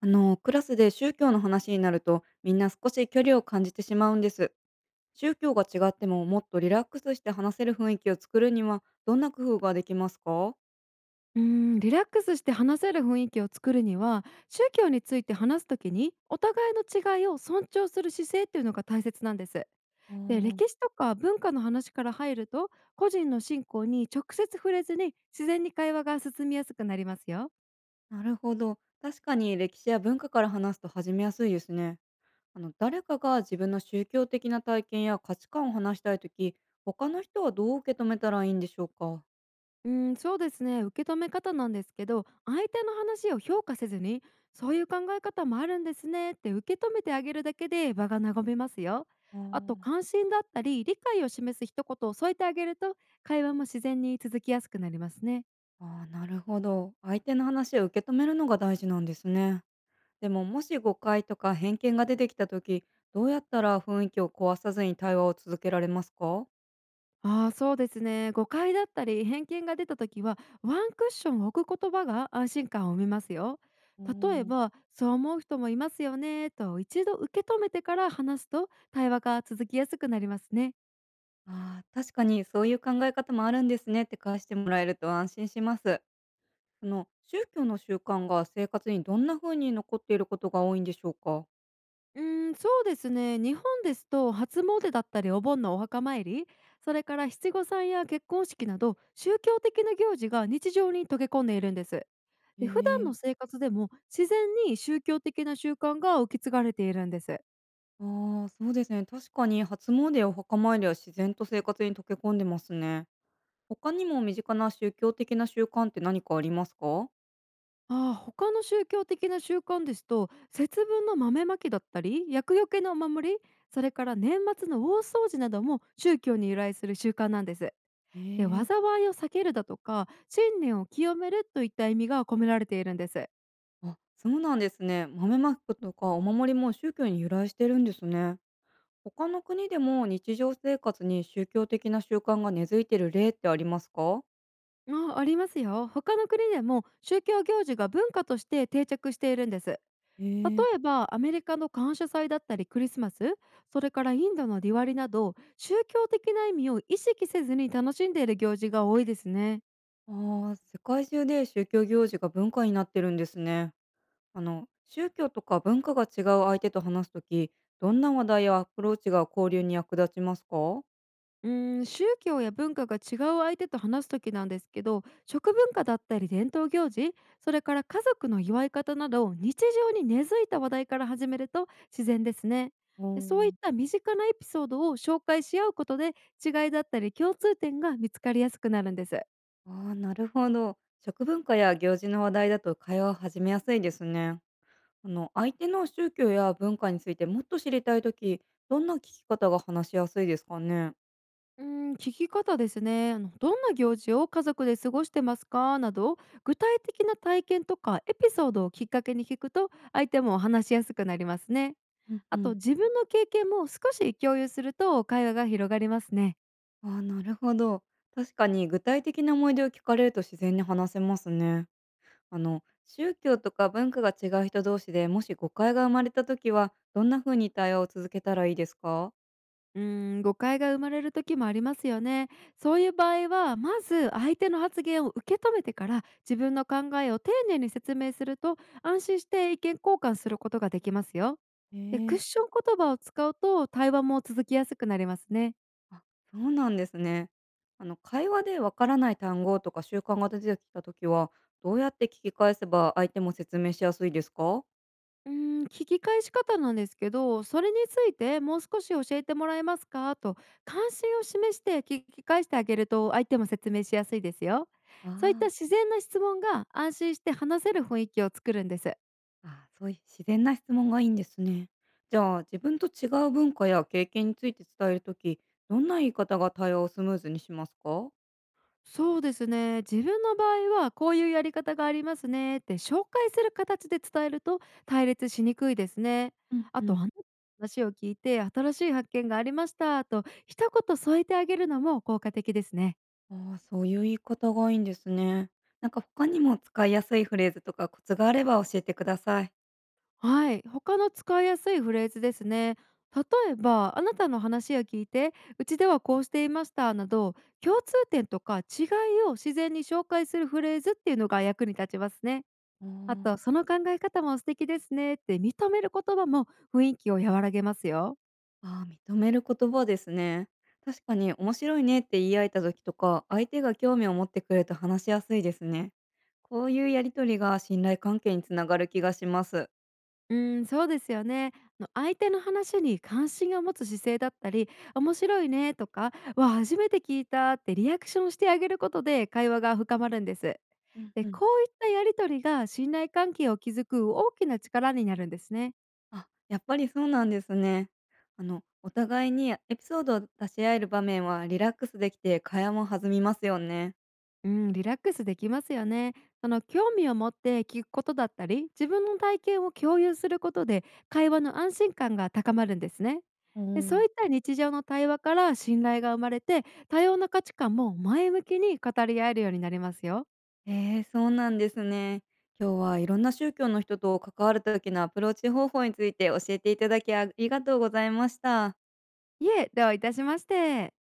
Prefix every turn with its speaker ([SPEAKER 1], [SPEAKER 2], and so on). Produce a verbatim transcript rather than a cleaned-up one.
[SPEAKER 1] あのクラスで宗教の話になるとみんな少し距離を感じてしまうんです。宗教が違ってももっとリラックスして話せる雰囲気を作るにはどんな工夫ができますか？
[SPEAKER 2] うーん、リラックスして話せる雰囲気を作るには、宗教について話すときにお互いの違いを尊重する姿勢っていうのが大切なんです。
[SPEAKER 1] あ
[SPEAKER 2] で、
[SPEAKER 1] ー、
[SPEAKER 2] 歴史とか文化の話から入ると、個人の信仰に直接触れずに自然に会話が進みやすくなりますよ。
[SPEAKER 1] なるほど。確かに歴史や文化から話すと始めやすいですね。あの誰かが自分の宗教的な体験や価値観を話したいとき、他の人はどう受け止めたらいいんでしょうか？
[SPEAKER 2] うん、そうですね。受け止め方なんですけど、相手の話を評価せずに、そういう考え方もあるんですねって受け止めてあげるだけで場が和みますよ。
[SPEAKER 1] あ
[SPEAKER 2] あと、
[SPEAKER 1] ー、
[SPEAKER 2] 関心だったり理解を示す一言を添えてあげると、会話も自然に続きやすくなりますね。
[SPEAKER 1] あー、なるほど。相手の話を受け止めるのが大事なんですね。でも、もし誤解とか偏見が出てきた時、どうやったら雰囲気を壊さずに対話を続けられますか？
[SPEAKER 2] ああーそうですね。誤解だったり偏見が出た時は、ワンクッションを置く言葉が安心感を生みますよ。
[SPEAKER 1] う
[SPEAKER 2] 例え
[SPEAKER 1] ん、
[SPEAKER 2] ば、そう思う人もいますよねと一度受け止めてから話すと対話が続きやすくなりますね。
[SPEAKER 1] あー、確かにそういう考え方もあるんですねって返してもらえると安心します。その宗教の習慣が生活にどんな風に残っていることが多いんでしょうか？
[SPEAKER 2] うーん、そうですね。日本ですと初詣だったりお盆のお墓参り、それからしちごさんや結婚式など宗教的な行事が日常に溶け込んでいるんです。
[SPEAKER 1] へ
[SPEAKER 2] で、普段の
[SPEAKER 1] え。
[SPEAKER 2] 生活でも自然に宗教的な習慣が受け継がれているんです。
[SPEAKER 1] あー、そうですね。確かに初詣やお墓参りは自然と生活に溶け込んでますね。他にも身近な宗教的な習慣って何かありますか？
[SPEAKER 2] ああ、他の宗教的な習慣ですと節分の豆まきだったり厄除けのお守り、それから年末の大掃除なども宗教に由来する習慣なんです。
[SPEAKER 1] へ
[SPEAKER 2] で、
[SPEAKER 1] え。
[SPEAKER 2] 災いを避けるだとか、信念を清めるといった意味が込められているんです。
[SPEAKER 1] あ、そうなんですね。豆まきとかお守りも宗教に由来してるんですね。他の国でも日常生活に宗教的な習慣が根付いてる例ってありますか？
[SPEAKER 2] あありますよ。他の国でも宗教行事が文化として定着しているんです。
[SPEAKER 1] へ
[SPEAKER 2] 例
[SPEAKER 1] え。
[SPEAKER 2] えばアメリカの感謝祭だったりクリスマス、それからインドのディワリなど宗教的な意味を意識せずに楽しんでいる行事が多いですね。
[SPEAKER 1] あー、世界中で宗教行事が文化になってるんですね。あの、宗教とか文化が違う相手と話すとき、どんな話題やアプローチが交流に役立ちますか？
[SPEAKER 2] うーん、宗教や文化が違う相手と話す時なんですけど、食文化だったり伝統行事、それから家族の祝い方など日常に根付いた話題から始めると自然ですね。
[SPEAKER 1] お
[SPEAKER 2] で、そうい
[SPEAKER 1] ー、
[SPEAKER 2] った身近なエピソードを紹介し合うことで、違いだったり共通点が見つかりやすくなるんです。
[SPEAKER 1] あー、なるほど。食文化や行事の話題だと会話を始めやすいですね。あの、相手の宗教や文化についてもっと知りたいとき、どんな聞き方が話しやすいですかね？
[SPEAKER 2] うーん聞き方ですね。あのどんな行事を家族で過ごしてますかなど、具体的な体験とかエピソードをきっかけに聞くと相手も話しやすくなりますね。
[SPEAKER 1] うんう
[SPEAKER 2] あと、
[SPEAKER 1] ん。
[SPEAKER 2] 自分の経験も少し共有すると会話が広がりますね。
[SPEAKER 1] あー、なるほど。確かに具体的な思い出を聞かれると自然に話せますね。あの、宗教とか文化が違う人同士でもし誤解が生まれたときは、どんな風に対話を続けたらいいですか？
[SPEAKER 2] うーん誤解が生まれる時もありますよね。そういう場合はまず相手の発言を受け止めてから自分の考えを丁寧に説明すると、安心して意見交換することができますよ。
[SPEAKER 1] え
[SPEAKER 2] で、ク
[SPEAKER 1] え。
[SPEAKER 2] ッション言葉を使うと対話も続きやすくなりますね。
[SPEAKER 1] あ、そうなんですね。あの、会話でわからない単語とか習慣が出てきたときは、どうやって聞き返せば相手も説明しやすいですか？
[SPEAKER 2] うーん、聞き返し方なんですけど、それについてもう少し教えてもらえますかと関心を示して聞き返してあげると、相手も説明しやすいですよ。
[SPEAKER 1] あ
[SPEAKER 2] そういった
[SPEAKER 1] あ。
[SPEAKER 2] 自然な質問が安心して話せる雰囲気を作るんです。
[SPEAKER 1] ああ、そういう自然な質問がいいんですね。じゃあ、自分と違う文化や経験について伝えるとき、どんな言い方が対話をスムーズにしますか？
[SPEAKER 2] そうですね。自分の場合はこういうやり方がありますねって紹介する形で伝えると対立しにくいですね。
[SPEAKER 1] うん
[SPEAKER 2] あ
[SPEAKER 1] う
[SPEAKER 2] と、あ
[SPEAKER 1] ん。
[SPEAKER 2] なたの話を聞いて新しい発見がありましたと一言添えてあげるのも効果的ですね。
[SPEAKER 1] ああ、そういう言い方がいいんですね。なんか他にも使いやすいフレーズとかコツがあれば教えてください。
[SPEAKER 2] はい、他の使いやすいフレーズですね。例えば、あなたの話を聞いて、うちではこうしていましたなど、共通点とか違いを自然に紹介するフレーズっていうのが役に立ちますね。
[SPEAKER 1] あ
[SPEAKER 2] あ
[SPEAKER 1] ー、
[SPEAKER 2] と、その考え方も素敵ですねって認める言葉も雰囲気を和らげますよ。
[SPEAKER 1] ああ、認める言葉ですね。確かに面白いねって言い合えた時とか、相手が興味を持ってくれると話しやすいですね。こういうやりとりが信頼関係につながる気がします。
[SPEAKER 2] うん、そうですよね。あの相手の話に関心を持つ姿勢だったり、面白いねとか、わあ、初めて聞いたってリアクションしてあげることで会話が深まるんです。
[SPEAKER 1] ううん、
[SPEAKER 2] で、
[SPEAKER 1] うん。
[SPEAKER 2] こういったやり取りが信頼関係を築く大きな力になるんですね。
[SPEAKER 1] あ、やっぱりそうなんですね。あの、お互いにエピソードを出し合える場面はリラックスできて会話も弾みますよね。
[SPEAKER 2] うん、リラックスできますよね。その興味を持って聞くことだったり、自分の体験を共有することで会話の安心感が高まるんですね。
[SPEAKER 1] う
[SPEAKER 2] で、そう
[SPEAKER 1] ん、
[SPEAKER 2] いった日常の対話から信頼が生まれて、多様な価値観も前向きに語り合えるようになりますよ。
[SPEAKER 1] えー、そうなんですね。今日はいろんな宗教の人と関わる時のアプローチ方法について教えていただきありがとうございました。
[SPEAKER 2] いえ、どういたしまして。